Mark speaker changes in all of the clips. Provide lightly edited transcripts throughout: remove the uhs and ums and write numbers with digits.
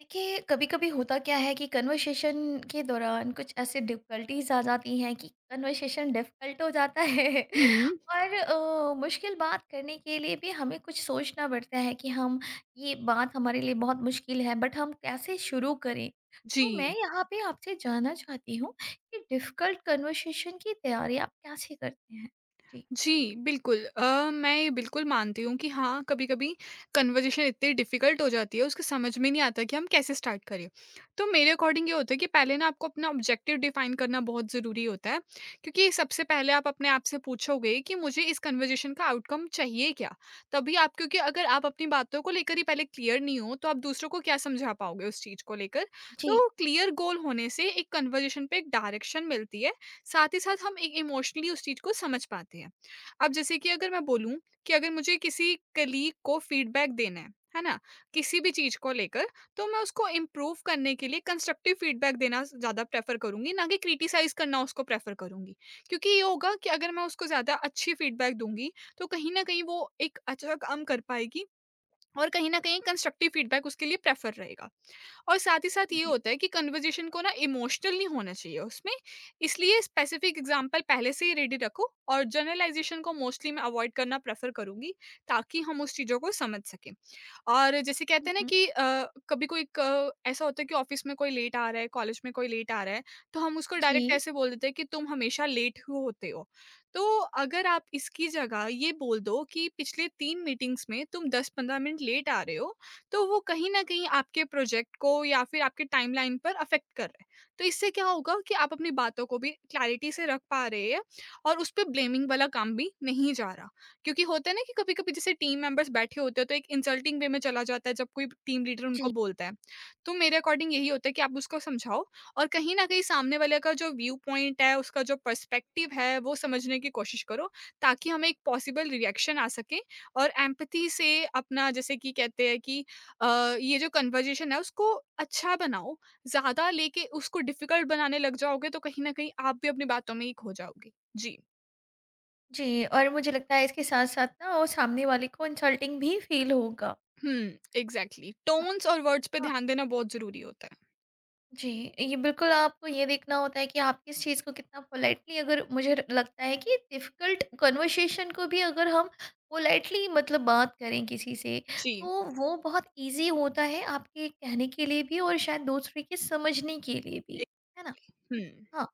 Speaker 1: देखिए, कभी-कभी होता क्या है कि कन्वर्सेशन के दौरान कुछ ऐसे डिफ़िकल्टीज़ आ जाती हैं कि कन्वर्सेशन डिफ़िकल्ट हो जाता है।
Speaker 2: हुँ,
Speaker 1: और मुश्किल बात करने के लिए भी हमें कुछ सोचना पड़ता है कि हम ये बात हमारे लिए बहुत मुश्किल है, बट हम कैसे शुरू करें। तो मैं
Speaker 2: जी।
Speaker 1: यहाँ पे आपसे जानना चाहती हूँ कि डिफ़िकल्ट कन्वर्सेशन की तैयारी आप कैसे करते हैं? जी।
Speaker 2: जी, बिल्कुल। मैं ये बिल्कुल मानती हूँ कि हाँ, कभी-कभी कन्वर्ज़ेशन इतनी डिफ़िकल्ट हो जाती है, उसको समझ में नहीं आता कि हम कैसे स्टार्ट करें। तो मेरे अकॉर्डिंग ये होता है कि पहले ना आपको अपना ऑब्जेक्टिव डिफ़ाइन करना बहुत ज़रूरी होता है, क्योंकि सबसे पहले आप अपने आप से पूछोगे कि मुझे इस कन्वर्ज़ेशन का आउटकम चाहिए क्या? तभी आप क्योंकि अगर आप अपनी बातों को लेकर ही पहले क्लियर नहीं हो, तो आप दूसरों को क्या समझा पाओगे उस चीज़ को लेकर?
Speaker 1: जी,
Speaker 2: तो क्लियर गोल होने से एक कन्वर्ज़ेशन पे एक डायरेक्शन मिलती है, साथ ही साथ हम एक इमोशनली उस चीज़ को समझ पाते हैं। अब जैसे कि अगर मैं बोलूँ कि अगर मुझे किसी कलीग को फीडबैक देना है ना? किसी भी चीज़ को लेकर, तो मैं उसको इम्प्रूव करने के लिए कंस्ट्रक्टिव फीडबैक देना ज़्यादा प्रेफ़र करूँगी, ना कि क्रिटिसाइज़ करना उसको प्रेफ़र करूँगी। क्योंकि ये होगा कि अगर मैं उसको ज़्यादा अच्छी फीडबैक दूँगी, तो कहीं न कहीं वो एक अच्छा काम कर पाएगी और कहीं न कहीं कंस्ट्रक्टिव फीडबैक उसके लिए प्रेफ़र रहेगा। और साथ ही साथ ये
Speaker 1: जी।
Speaker 2: होता है कि कन्वर्जेशन को ना इमोशनल नहीं होना चाहिए उसमें। इसलिए स्पेसिफिक एग्जांपल पहले से ही रेडी रखो और जनरलाइजेशन को मोस्टली मैं अवॉइड करना प्रेफर करूंगी ताकि हम उस चीज़ों को समझ सकें। और जैसे
Speaker 1: हुँ,
Speaker 2: कहते हैं ना
Speaker 1: हुँ।
Speaker 2: कि कभी कोई ऐसा होता है कि ऑफिस में कोई लेट आ रहा है, कॉलेज में कोई लेट आ रहा है, तो हम उसको डायरेक्ट
Speaker 1: जी,
Speaker 2: ऐसे बोल देते हैं कि तुम हमेशा लेट ही होते हो। तो अगर आप इसकी जगह ये बोल दो कि पिछले 3 मीटिंग्स में तुम 10-15 मिनट लेट आ रहे हो, तो वो कहीं न कहीं आपके प्रोजेक्ट को या फिर आपके टाइमलाइन पर अफ़ेक्ट कर रहा है। तो इससे क्या होगा कि आप अपनी बातों को भी क्लैरिटी से रख पा रहे हैं और उस पे ब्लेमिंग वाला काम भी नहीं जा रहा। क्योंकि होता है ना कि कभी-कभी जैसे टीम मेंबर्स बैठे होते हैं तो एक इंसल्टिंग वे में चला जाता है जब कोई टीम लीडर उनको
Speaker 1: जी।
Speaker 2: बोलता है। तो मेरे अकॉर्डिंग यही होता है कि आप उसको समझाओ और कहीं न कहीं सामने वाले का जो व्यू पॉइंट है, उसका जो पर्सपेक्टिव है वो समझने की कोशिश करो, ताकि हमें एक पॉसिबल रिएक्शन आ सके। और एम्पैथी से अपना जैसे कि कहते हैं कि ये जो कन्वर्जेशन है उसको अच्छा बनाओ, ज़्यादा लेके उसको डिफ़िकल्ट बनाने लग जाओगे तो कहीं न कहीं आप भी अपनी बातों में ही खो जाओगे। जी।
Speaker 1: जी, और मुझे लगता है इसके साथ-साथ ना, वो सामने वाले को इंसल्टिंग भी फ़ील होगा।
Speaker 2: हुँ, एग्ज़ैक्टली
Speaker 1: है ना?
Speaker 2: टोन्स और वर्ड्स पे
Speaker 1: हाँ।
Speaker 2: ध्यान देना बहुत ज़रूरी होता है।
Speaker 1: जी, ये बिल्कुल आपको ये देखना होता है कि आप किस चीज़ को कितना पोलाइटली, अगर मुझे र लगता है कि डिफ़िकल्ट कन्वर्सेशन को भी अगर हम पोलाइटली मतलब बात करें किसी से,
Speaker 2: जी।
Speaker 1: तो वो बहुत ईज़ी होता है आपके कहने के लिए भी और शायद दूसरे के समझने के लिए भी।
Speaker 2: ए
Speaker 1: है ना?
Speaker 2: हुँ,
Speaker 1: हाँ।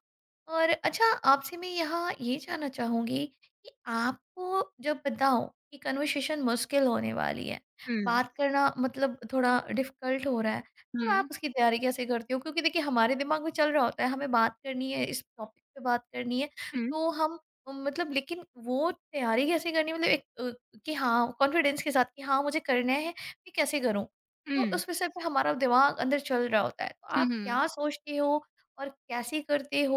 Speaker 1: और अच्छा, आपसे मैं यहाँ ये जानना चाहूँगी कि आपको जब बताओ कि कन्वर्सेशन मुश्किल होने वाली है,
Speaker 2: हुँ,
Speaker 1: बात करना मतलब थोड़ा डिफ़िकल्ट हो रहा है, तब आप
Speaker 2: हुँ,
Speaker 1: उसकी तैयारी कैसे करती हो? क्योंकि देखिए, हमारे दिमाग में चल रहा होता है हमें बात करनी है, इस टॉपिक पे बात करनी है,
Speaker 2: हुँ,
Speaker 1: तो हम मतलब लेकिन वो तैयारी कैसे करनी है, मतलब एक कि हाँ, कॉन्फिडेंस के साथ कि हाँ, मुझे करना है, मैं कैसे करूँ? तो
Speaker 2: हुँ,
Speaker 1: उस विषय पे हमारा दिमाग अंदर चल रहा होता है। तो आप
Speaker 2: हुँ,
Speaker 1: क्या सोचते हो और कैसे करते हो?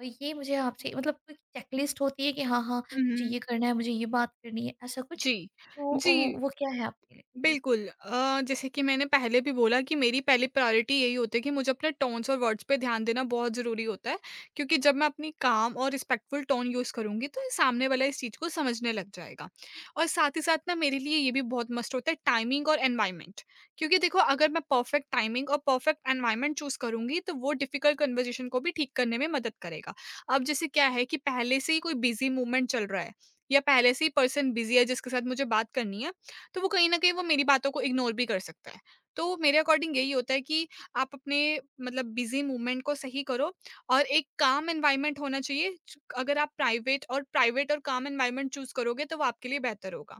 Speaker 1: और ये मुझे आपसे, मतलब कोई चेकलिस्ट होती है कि हाँ, हाँ,
Speaker 2: हुँ,
Speaker 1: मुझे
Speaker 2: हुँ,
Speaker 1: ये करना है, मुझे ये बात करनी है, ऐसा कुछ?
Speaker 2: जी,
Speaker 1: तो
Speaker 2: जी।
Speaker 1: वो क्या है आपके लिए? जी,
Speaker 2: बिल्कुल। जैसे कि मैंने पहले भी बोला कि मेरी पहली प्रायोरिटी यही होती है कि मुझे अपने टोन्स और वर्ड्स पे ध्यान देना बहुत ज़रूरी होता है, क्योंकि जब मैं अपनी काम और रिस्पेक्टफुल टोन यूज़ करूँगी, तो ये सामने वाला इस चीज़ को समझने लग जाएगा। और साथ ही साथ ना मेरे लिए ये भी बहुत मस्ट होता है टाइमिंग और एनवायरनमेंट, क्योंकि देखो अगर मैं परफेक्ट टाइमिंग और परफेक्ट एनवायरनमेंट चूज़ करूँगी, तो वो डिफ़िकल्ट कन्वर्सेशन को भी ठीक करने में मदद करेगा। अब जैसे क्या है कि पहले से ही कोई बिज़ी मूवमेंट चल रहा है या पहले से ही पर्सन बिज़ी है जिसके साथ मुझे बात करनी है, तो वो कहीं न कहीं वो मेरी बातों को इग्नोर भी कर सकता है। तो मेरे अकॉर्डिंग यही होता है कि आप अपने मतलब बिज़ी मूवमेंट को सही करो और एक काम एनवायरनमेंट होना चाहिए। च अगर आप प्राइवेट और काम एनवायरनमेंट चूज़ करोगे तो वो आपके लिए बेहतर होगा।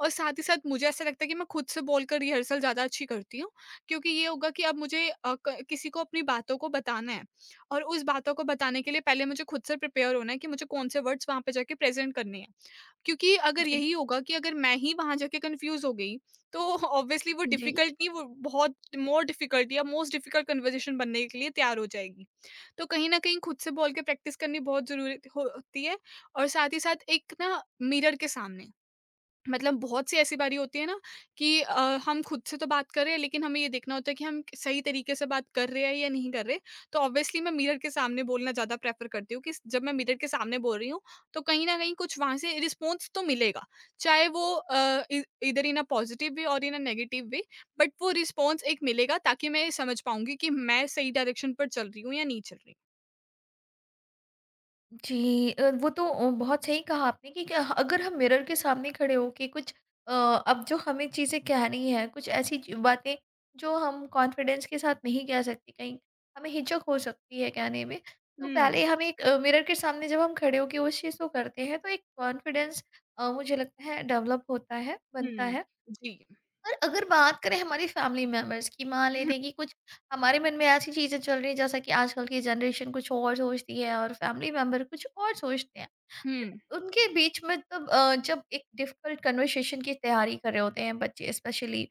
Speaker 2: और साथ ही साथ मुझे ऐसा लगता है कि मैं खुद से बोलकर रिहर्सल ज़्यादा अच्छी करती हूँ, क्योंकि ये होगा कि अब मुझे अ, क किसी को अपनी बातों को बताना है और उस बातों को बताने के लिए पहले मुझे खुद से प्रिपेयर होना है कि मुझे कौन-से वर्ड्स वहाँ पे जाके प्रेज़ेंट करने हैं। क्योंकि अगर
Speaker 1: जी,
Speaker 2: यही होगा कि अगर मैं ही वहाँ जाके कन्फ्यूज़ हो गई, तो ऑब्वियसली वो
Speaker 1: जी।
Speaker 2: डिफ़िकल्ट नहीं वो बहुत मोर डिफ़िकल्ट या मोस्ट डिफ़िकल्ट कन्वर्सेशन बनने के लिए तैयार हो जाएगी। तो कहीं न कहीं खुद से बोल के प्रैक्टिस करनी बहुत ज़रूरी हो होती है। और साथ ही साथ एक ना मिरर के सामने मतलब बहुत सी ऐसी बारी होती है ना कि हम खुद से तो बात कर रहे हैं लेकिन हमें ये देखना होता है कि हम सही तरीके से बात कर रहे हैं या नहीं कर रहे। तो ऑब्वियसली मैं मिरर के सामने बोलना ज़्यादा प्रेफर करती हूँ कि जब मैं मिरर के सामने बोल रही हूँ तो कहीं ना कहीं कुछ वहाँ से रिस्पॉन्स तो मिलेगा, चाहे वो इधर इन अ पॉजिटिव वे और in a negative way, but वो रिस्पॉन्स एक मिलेगा ताकि मैं समझ पाऊंगी कि मैं सही डायरेक्शन पर चल रही हूँ या नहीं चल रही हूँ।
Speaker 1: जी, वो तो बहुत सही कहा आपने कि क्या, अगर हम मिरर के सामने खड़े होके कुछ अब जो हमें चीज़ें कहनी है, कुछ ऐसी च बातें जो हम कॉन्फिडेंस के साथ नहीं कह सकते, कहीं हमें हिचक हो सकती है कहने में, तो
Speaker 2: हम्म।
Speaker 1: पहले हमें एक मिरर के सामने जब हम खड़े होके उस चीज़ को करते हैं, तो एक कॉन्फिडेंस मुझे लगता है डेवलप होता है, बनता है।
Speaker 2: हम्म। जी।
Speaker 1: और अगर बात करें हमारी फैमिली मेंबर्स की, मान लेते
Speaker 2: हम्म।
Speaker 1: हैं कि कुछ हमारे मन में ऐसी चीज़ें चल रही हैं, जैसा कि आजकल की जनरेशन कुछ और सोचती है और फैमिली मेंबर कुछ और सोचते हैं।
Speaker 2: हम्म।
Speaker 1: उनके बीच में तब जब एक डिफिकल्ट कन्वर्सेशन की तैयारी कर रहे होते हैं बच्चे, स्पेशली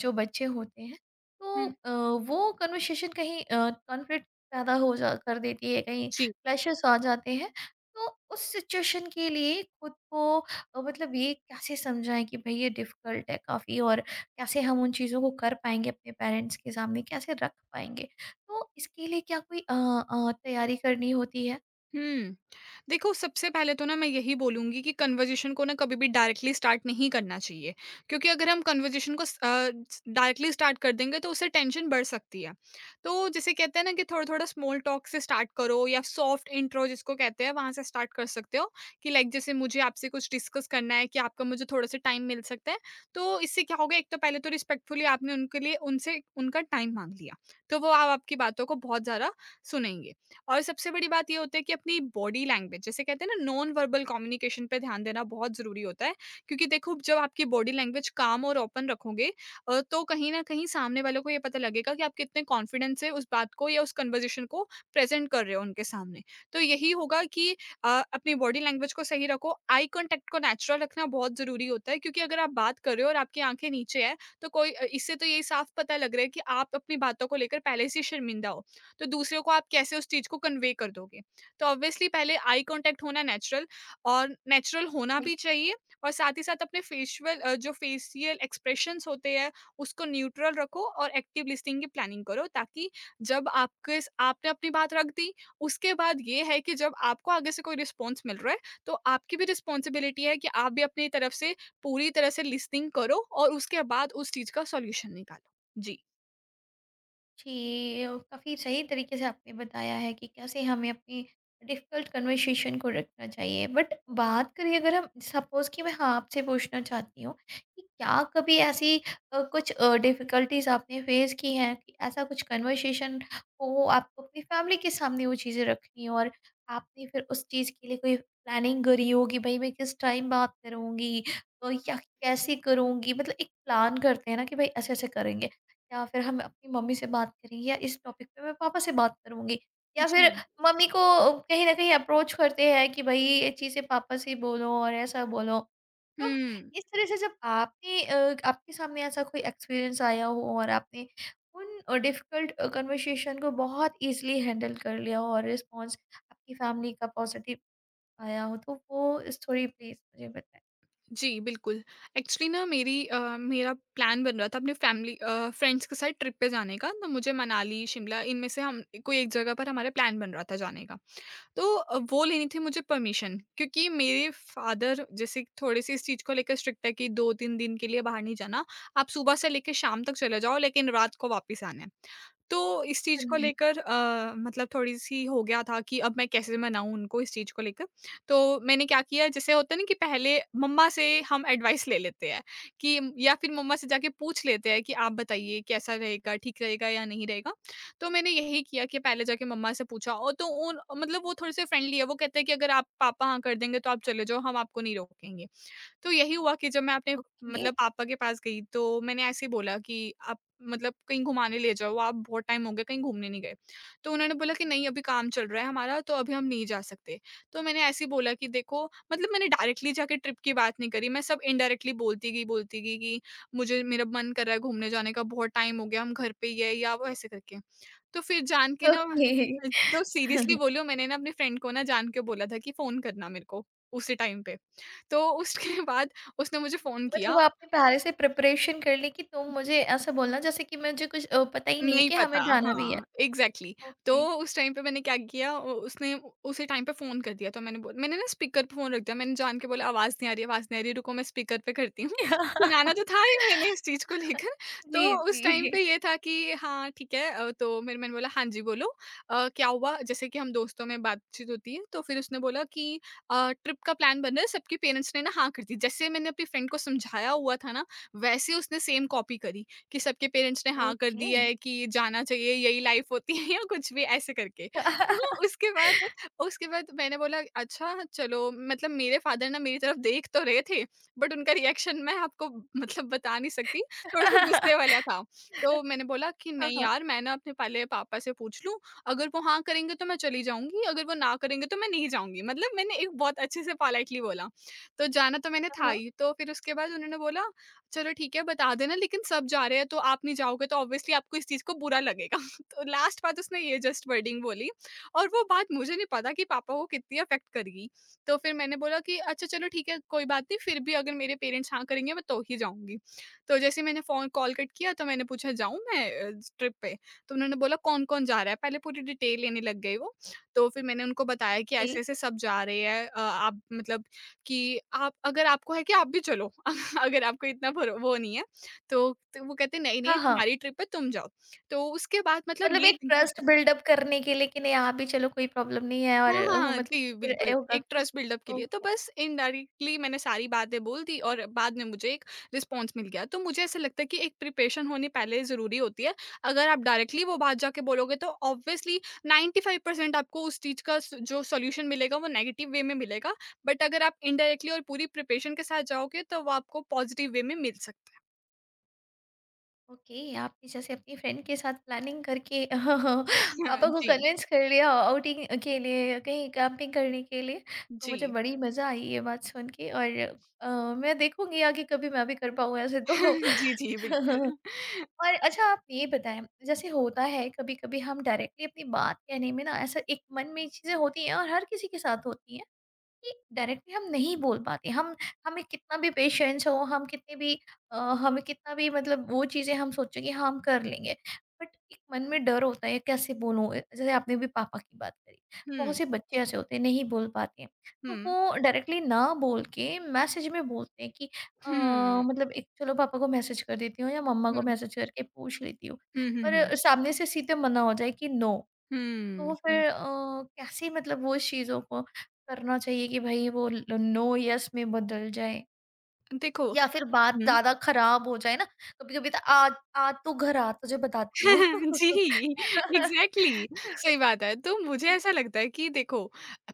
Speaker 1: जो बच्चे होते हैं, तो
Speaker 2: हम्म,
Speaker 1: वो कन्वर्सेशन कहीं कॉन्फ्लिक्ट पैदा हो जा कर देती है, कहीं
Speaker 2: जी।
Speaker 1: क्लैशेस आ जाते हैं। तो उस सिचुएशन के लिए खुद को मतलब ये कैसे समझाएं कि भाई ये डिफिकल्ट है काफ़ी, और कैसे हम उन चीज़ों को कर पाएंगे, अपने पेरेंट्स के सामने कैसे रख पाएंगे? तो इसके लिए क्या कोई तैयारी करनी होती है?
Speaker 2: हम्म। देखो, सबसे पहले तो ना मैं यही बोलूँगी कि कन्वर्ज़ेशन को ना कभी भी डायरेक्टली स्टार्ट नहीं करना चाहिए। क्योंकि अगर हम कन्वर्ज़ेशन को स अ, स डायरेक्टली स्टार्ट कर देंगे तो उससे टेंशन बढ़ सकती है। तो जिसे कहते हैं ना कि थोड़ा-थोड़ा स्मॉल टॉक से स्टार्ट करो या सॉफ्ट इंट्रो जिसको कहते हैं वहाँ से स्टार्ट कर सकते हो कि लाइक जैसे मुझे आपसे कुछ डिस्कस करना है कि आपका मुझे थोड़ा-सा टाइम मिल सकता है। तो इससे क्या होगा, एक तो पहले तो रिस्पेक्टफुली आपने उनके लिए उनसे उनका टाइम माँग लिया। तो वो अब आपकी बातों को बहुत ज़्यादा सुनेंगे। और सबसे बड़ी बात ये होती है कि अपनी बॉडी लैंग्वेज जैसे कहते हैं ना नॉन वर्बल कम्युनिकेशन पे ध्यान देना बहुत ज़रूरी होता है, क्योंकि देखो जब आपकी बॉडी लैंग्वेज काम और ओपन रखोगे, तो कहीं ना कहीं सामने वालों को ये पता लगेगा कि आप कितने कॉन्फिडेंस से उस बात को या उस कन्वर्जेशन को प्रेजेंट कर रहे हो उनके सामने। तो यही होगा कि अ, अपनी बॉडी लैंग्वेज को सही रखो, आई कॉन्टेक्ट को नेचुरल रखना बहुत ज़रूरी होता है, क्योंकि अगर आप बात कर रहे हो और आपकी आंखें नीचे है तो कोई इससे तो यही साफ पता लग रहा है कि आप अपनी बातों को लेकर पहले से ही शर्मिंदा हो। तो दूसरे को आप कैसे उस चीज़ को कन्वे कर दोगे? तो ऑब्वियसली पहले आई कॉन्टैक्ट होना नेचुरल और नेचुरल होना भी चाहिए। और साथ ही साथ अपने जो फेशियल एक्सप्रेशंस होते हैं, उसको न्यूट्रल रखो और एक्टिव लिसनिंग की प्लानिंग करो, ताकि जब आपके स आपने अपनी बात रख दी, उसके बाद ये है कि जब आपको आगे से कोई रिस्पॉन्स मिल रहा है, तो आपकी भी रिस्पॉन्सिबिलिटी है कि आप भी अपनी तरफ से पूरी तरह से लिसनिंग करो और उसके बाद उस चीज़ का सॉल्यूशन निकालो। जी।
Speaker 1: जी, काफ़ी सही तरीके से आपने बताया है कि कैसे हमें अपनी डिफ़िकल्ट कन्वर्सेशन को रखना चाहिए। बट बात करें, अगर हम सपोज़ कि मैं, हाँ, आपसे पूछना चाहती हूँ कि क्या कभी ऐसी कुछ डिफ़िकल्टीज़ आपने फ़ेस की हैं कि ऐसा कुछ कन्वर्सेशन हो, आपको अपनी फ़ैमिली के सामने वो चीज़ें रखनी हो और आपने फिर उस चीज़ के लिए कोई प्लानिंग करी हो कि भई मैं किस टाइम बात करूँगी, या कैसे करूँगी? मतलब एक प्लान करते हैं ना कि भई ऐसे-ऐसे करेंगे। या फिर हम अपनी मम्मी से बात करेंगे, या इस टॉपिक पे मैं पापा से बात करूँगी। या
Speaker 2: जी।
Speaker 1: फिर मम्मी को कहीं न कहीं अप्रोच करते हैं कि भई ये चीज़ें पापा से बोलो और ऐसा बोलो। तो
Speaker 2: हुँ।
Speaker 1: इस तरह से जब आपने आपके सामने ऐसा कोई एक्सपीरियंस आया हो और आपने उन डिफ़िकल्ट कन्वर्सेशन को बहुत ईज़िली हैंडल कर लिया हो और रिस्पॉन्स आपकी फैमिली का पॉज़िटिव आया हो, तो वो स्टोरी प्लीज़ मुझे बताएँ?
Speaker 2: जी, बिल्कुल। एक्चुअली ना मेरा प्लान बन रहा था अपनी फ्रेंड्स के साथ ट्रिप पे जाने का। तो मुझे मनाली, शिमला इनमें से हम कोई एक जगह पर हमारा प्लान बन रहा था जाने का। तो वो लेनी थी मुझे परमिशन, क्योंकि मेरे फादर जैसे थोड़े से इस चीज़ को लेकर स्ट्रिक्ट है कि 2-3 दिन के लिए बाहर नहीं जाना। आप सुबह से लेके शाम तक चले जाओ लेकिन रात को वापस आना है। तो इस चीज़
Speaker 1: हाँ
Speaker 2: को
Speaker 1: जी।
Speaker 2: लेकर मतलब थोड़ी-सी हो गया था कि अब मैं कैसे मनाऊँ उनको इस चीज़ को लेकर। तो मैंने क्या किया, जैसे होता है ना कि पहले मम्मा से हम एडवाइस ले लेते हैं कि या फिर मम्मा से जाके पूछ लेते हैं कि आप बताइए कैसा रहेगा, ठीक रहेगा या नहीं रहेगा? तो मैंने यही किया कि पहले जाके मम्मा से पूछा। और तो उन मतलब वो थोड़े से फ्रेंडली है। वो कहते हैं कि अगर आप पापा हाँ कर देंगे तो आप चले जाओ, हम आपको नहीं रोकेंगे। तो यही हुआ कि जब मैं अपने
Speaker 1: ओके,
Speaker 2: मतलब पापा के पास गई, तो मैंने ऐसे ही बोला कि आप मतलब कहीं घुमाने ले जाओ आप, बहुत टाइम हो गया कहीं घूमने नहीं गए। तो उन्होंने बोला कि नहीं, अभी काम चल रहा है हमारा, तो अभी हम नहीं जा सकते। तो मैंने ऐसे ही बोला कि देखो, मतलब मैंने डायरेक्टली जाके ट्रिप की बात नहीं करी, मैं सब इनडायरेक्टली बोलती गई कि मुझे, मेरा मन कर रहा है घूमने जाने का, बहुत टाइम हो गया, हम घर पे ही है, या वो ऐसे करके। तो फिर जान के ना,
Speaker 1: ओके।
Speaker 2: तो सीरियसली बोलियो, मैंने ना अपने फ्रेंड को ना जान के बोला था कि फोन करना मेरे को उसी टाइम पे। तो उसके बाद उसने मुझे फ़ोन किया।
Speaker 1: मतलब आपने पहले से प्रिपरेशन कर ली कि तुम मुझे ऐसा बोलना, जैसे कि मुझे कुछ पता ही नहीं है
Speaker 2: नहीं
Speaker 1: कि हमें
Speaker 2: पता,
Speaker 1: जाना भी है।
Speaker 2: हाँ, एग्ज़ैक्टली। तो
Speaker 1: ओके।
Speaker 2: उस टाइम पे मैंने क्या किया, उसी टाइम पे फ़ोन कर दिया, तो मैंने ना स्पीकर पे फ़ोन रख दिया, मैंने जान के बोला आवाज़ नहीं आ रही, आवाज़ नहीं आ रही, रुको मैं स्पीकर पे करती हूँ। सुनाना तो था ही मैंने इस चीज़ को लेकर। तो
Speaker 1: जी,
Speaker 2: उस टाइम
Speaker 1: जी।
Speaker 2: पे ये था कि हाँ, ठीक है। तो मेरे मैंने बोला हाँ जी, बोलो, क्या हुआ? जैसे कि हम दोस्तों में बातचीत होती है। तो फिर उसने बोला कि ट्रिप का प्लान बन रहा है, सबके पेरेंट्स ने ना हाँ कर दी। जैसे मैंने अपनी फ्रेंड को समझाया हुआ था ना, वैसे उसने सेम कॉपी करी। कि सबके पेरेंट्स ने हाँ कर
Speaker 1: ओके।
Speaker 2: दिया है कि जाना चाहिए, यही लाइफ होती है, या कुछ भी ऐसे करके। तो उसके बाद, मैंने बोला अच्छा चलो। मतलब मेरे फादर ना मेरी तरफ देख तो रहे थे, बट उनका रिएक्शन मैं आपको मतलब बता नहीं सकती, थोड़ा-सा गुस्से वाला था। तो मैंने बोला कि
Speaker 1: हाँ,
Speaker 2: नहीं
Speaker 1: हाँ।
Speaker 2: यार, मैं ना अपने पहले पापा से पूछ लूँ, अगर वो हाँ करेंगे तो मैं चली जाऊँगी, अगर वो ना करेंगे तो मैं नहीं जाऊँगी। मतलब मैंने एक बहुत अच्छे से पोलाइटली बोला। तो जाना तो मैंने
Speaker 1: हाँ,
Speaker 2: था
Speaker 1: हाँ।
Speaker 2: ही। तो फिर उसके बाद उन्होंने बोला चलो ठीक है, बता देना, लेकिन सब जा रहे हैं तो आप नहीं जाओगे तो ऑब्वियसली आपको इस चीज़ को बुरा लगेगा। तो लास्ट बात उसने ये जस्ट वर्डिंग बोली, और वो बात मुझे नहीं पता कि पापा को कितनी अफ़ेक्ट करेगी। तो फिर मैंने बोला कि अच्छा चलो ठीक है, कोई बात नहीं, फिर भी अगर मेरे पेरेंट्स हाँ करेंगे मैं तो ही जाऊँगी। तो जैसे ही मैंने फ़ोन कॉल कट किया, तो मैंने पूछा, जाऊँ मैं ट्रिप पे? तो उन्होंने बोला कौन-कौन जा रहा है? पहले पूरी डिटेल लेने लग गए वो। तो फिर मैंने उनको बताया कि
Speaker 1: ओके।
Speaker 2: ऐसे-ऐसे सब जा रहे हैं। आप मतलब, कि आप, अगर आपको है कि आप भी चलो, अगर आपको इतना भरो वो नहीं है। तो वो कहते हैं
Speaker 1: हाँ,
Speaker 2: नहीं-नहीं,
Speaker 1: हाँ।
Speaker 2: तुम्हारी ट्रिप है, तुम जाओ। तो उसके बाद मतलब
Speaker 1: मतलब
Speaker 2: ये,
Speaker 1: एक ट्रस्ट बिल्डअप करने के लिए कि नहीं, आप भी चलो, कोई प्रॉब्लम नहीं है, और
Speaker 2: हाँ, हाँ, हाँ।
Speaker 1: मतलब
Speaker 2: जी,
Speaker 1: कि फिर ये
Speaker 2: बिल्कुल,
Speaker 1: होगा
Speaker 2: एक
Speaker 1: कि,
Speaker 2: ट्रस्ट बिल्डअप के लिए। तो
Speaker 1: ओके।
Speaker 2: बस इनडायरेक्टली मैंने सारी बातें बोल दी, और बाद में मुझे एक रिस्पॉन्स मिल गया। तो मुझे ऐसा लगता है कि एक प्रिपरेशन होनी पहले ज़रूरी होती है। अगर आप डायरेक्टली वो बात जाके बोलोगे तो ऑब्वियसली 95% आपको उस चीज़ का स जो सॉल्यूशन मिलेगा वो नेगेटिव वे में मिलेगा। बट अगर आप इनडायरेक्टली और पूरी प्रिपरेशन के साथ जाओगे तो वो आपको पॉजिटिव वे में मिल सकता
Speaker 1: ओके, आपने जैसे अपनी फ्रेंड के साथ प्लानिंग करके
Speaker 2: है। हाँ,
Speaker 1: पापा को
Speaker 2: जी,
Speaker 1: कन्विंस कर लिया आउटिंग के लिए, कहीं कैंपिंग करने के लिए। तो
Speaker 2: जी।
Speaker 1: मुझे बड़ी मज़ा आई ये बात सुन के, और अ, मैं देखूंगी आगे कभी मैं भी कर पाऊँ ऐसे, तो
Speaker 2: जी, जी, बिल्कुल।
Speaker 1: और अच्छा, आप ये बताएं, जैसे होता है कभी कभी हम डायरेक्टली अपनी बात कहने में ना, ऐसा एक मन में चीज़ें होती हैं, और हर किसी के साथ होती हैं कि डायरेक्टली हम नहीं बोल पाते, हम हमें कितना भी पेशेंस हो, हम कितने भी अ, हमें कितना भी, मतलब वो चीज़ें हम सोचें कि हाँ, हम कर लेंगे, बट एक मन में डर होता है कैसे बोलूँ। जैसे आपने भी पापा की बात करी, बहुत
Speaker 2: हुँ,
Speaker 1: से बच्चे ऐसे होते हैं, नहीं बोल पाते हैं, तो
Speaker 2: हुँ,
Speaker 1: वो डायरेक्टली ना बोल के मैसेज में बोलते हैं कि अ,
Speaker 2: हुँ, हुँ।
Speaker 1: मतलब, एक चलो पापा को मैसेज कर देती हूँ, या मम्मा को मैसेज करके पूछ लेती हूँ,
Speaker 2: हुँ, हुँ, हुँ।
Speaker 1: पर सामने से सीधे मना हो जाए कि नो। तो
Speaker 2: हुँ, हुँ।
Speaker 1: फिर कैसे, मतलब वो उस चीज़ों को करना चाहिए कि भई वो ल नो यस में बदल जाए?
Speaker 2: देखो।
Speaker 1: या फिर बात
Speaker 2: हुँ,
Speaker 1: ज़्यादा ख़राब हो जाए ना, कभी-कभी तो, "आज आज तू घर आ, तुझे बताती हूँ।"
Speaker 2: जी, एग्ज़ैक्टली, सही बात है। तो मुझे ऐसा लगता है कि देखो,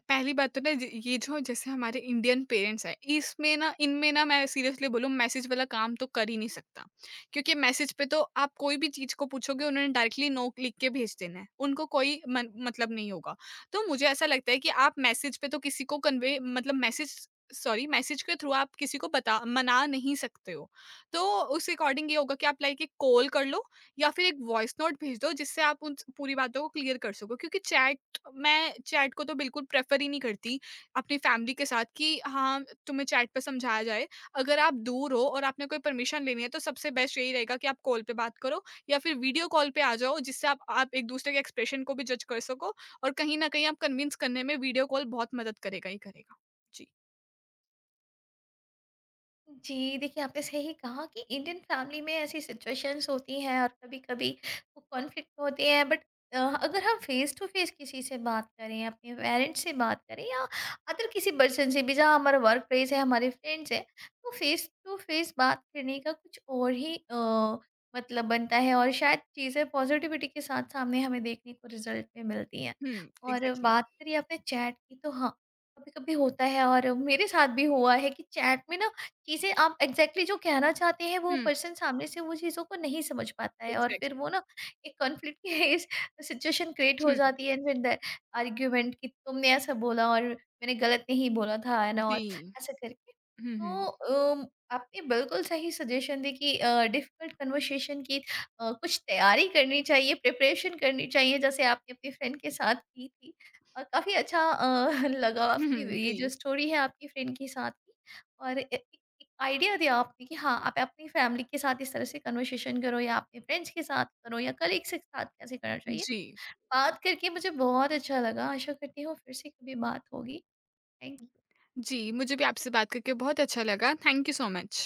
Speaker 2: पहली बात तो ना, ज ये जो जैसे हमारे इंडियन पेरेंट्स हैं, इसमें ना इनमें ना, मैं सीरियसली बोलूँ, मैसेज वाला काम तो कर ही नहीं सकता। क्योंकि मैसेज पे तो आप कोई भी चीज़ को पूछोगे, उन्होंने डायरेक्टली नो लिख के भेज देना है। उनको कोई मन मतलब नहीं होगा। तो मुझे ऐसा लगता है कि आप मैसेज पे तो किसी को कन्वे मतलब मैसेज सॉरी मैसेज के थ्रू आप किसी को बता मना नहीं सकते हो। तो उस अकॉर्डिंग ये होगा कि आप लाइक एक कॉल कर लो, या फिर एक वॉइस नोट भेज दो, जिससे आप उन पूरी बातों को क्लियर कर सको। क्योंकि चैट, मैं चैट को तो बिल्कुल प्रेफर ही नहीं करती अपनी फैमिली के साथ कि हाँ तुम्हें चैट पे समझाया जाए। अगर आप दूर हो और आपने कोई परमिशन लेनी है, तो सबसे बेस्ट यही रहेगा कि आप कॉल पे बात करो, या फिर वीडियो कॉल पे आ जाओ, जिससे आप एक दूसरे के एक्सप्रेशन को भी जज कर सको। और कहीं ना कहीं आप कन्विंस करने में वीडियो कॉल बहुत मदद करेगा ही करेगा। जी।
Speaker 1: जी, देखिए, आपने सही कहा कि इंडियन फैमिली में ऐसी सिचुएशंस होती हैं और कभी-कभी वो कॉन्फ्लिक्ट होते हैं, बट अगर हम फेस टू फेस किसी से बात करें, अपने पेरेंट्स से बात करें या अदर किसी पर्सन से भी जहाँ हमारा वर्क प्लेस है, हमारे फ्रेंड्स हैं, तो फेस टू फेस बात करने का कुछ और ही मतलब बनता है, और शायद चीज़ें पॉजिटिविटी के साथ सामने हमें देखने को रिजल्ट में मिलती हैं।
Speaker 2: हम्म,
Speaker 1: और
Speaker 2: एग्जैक्टली।
Speaker 1: बात करिए आपने चैट की, तो हाँ, कभी-कभी होता है, और मेरे साथ भी हुआ है कि चैट में ना, चीज़ें आप एग्ज़ैक्टली जो कहना चाहते हैं वो
Speaker 2: हम्म,
Speaker 1: पर्सन सामने से वो चीज़ों को नहीं समझ पाता है, और फिर
Speaker 2: एग्जैक्टली।
Speaker 1: वो ना, एक कॉन्फ्लिक्ट की इस सिचुएशन क्रिएट हो
Speaker 2: हम्म।
Speaker 1: जाती है, एंड फिर द आर्ग्यूमेंट कि तुमने ऐसा बोला, और मैंने गलत नहीं बोला था, है ना? और
Speaker 2: जी।
Speaker 1: ऐसा करके
Speaker 2: हम्म।
Speaker 1: तो
Speaker 2: हम्म।
Speaker 1: आपने बिल्कुल सही सजेशन दी कि डिफिकल्ट कन्वर्सेशन की कुछ तैयारी करनी चाहिए, प्रिपरेशन करनी चाहिए, जैसे आपने अपनी फ्रेंड के साथ की थी। और काफ़ी अच्छा लगा आपकी ये
Speaker 2: जी।
Speaker 1: जो स्टोरी है आपकी फ्रेंड के साथ की। और एक आइडिया दिया आपने कि हाँ, आप अपनी फैमिली के साथ इस तरह से कन्वर्सेशन करो, या अपने फ्रेंड्स के साथ करो, या कलीग्स के साथ कैसे करना चाहिए।
Speaker 2: जी।
Speaker 1: बात करके मुझे बहुत अच्छा लगा। आशा करती हूँ फिर से कभी बात होगी। Thank you.
Speaker 2: जी, मुझे भी आपसे बात करके बहुत अच्छा लगा। Thank you so much.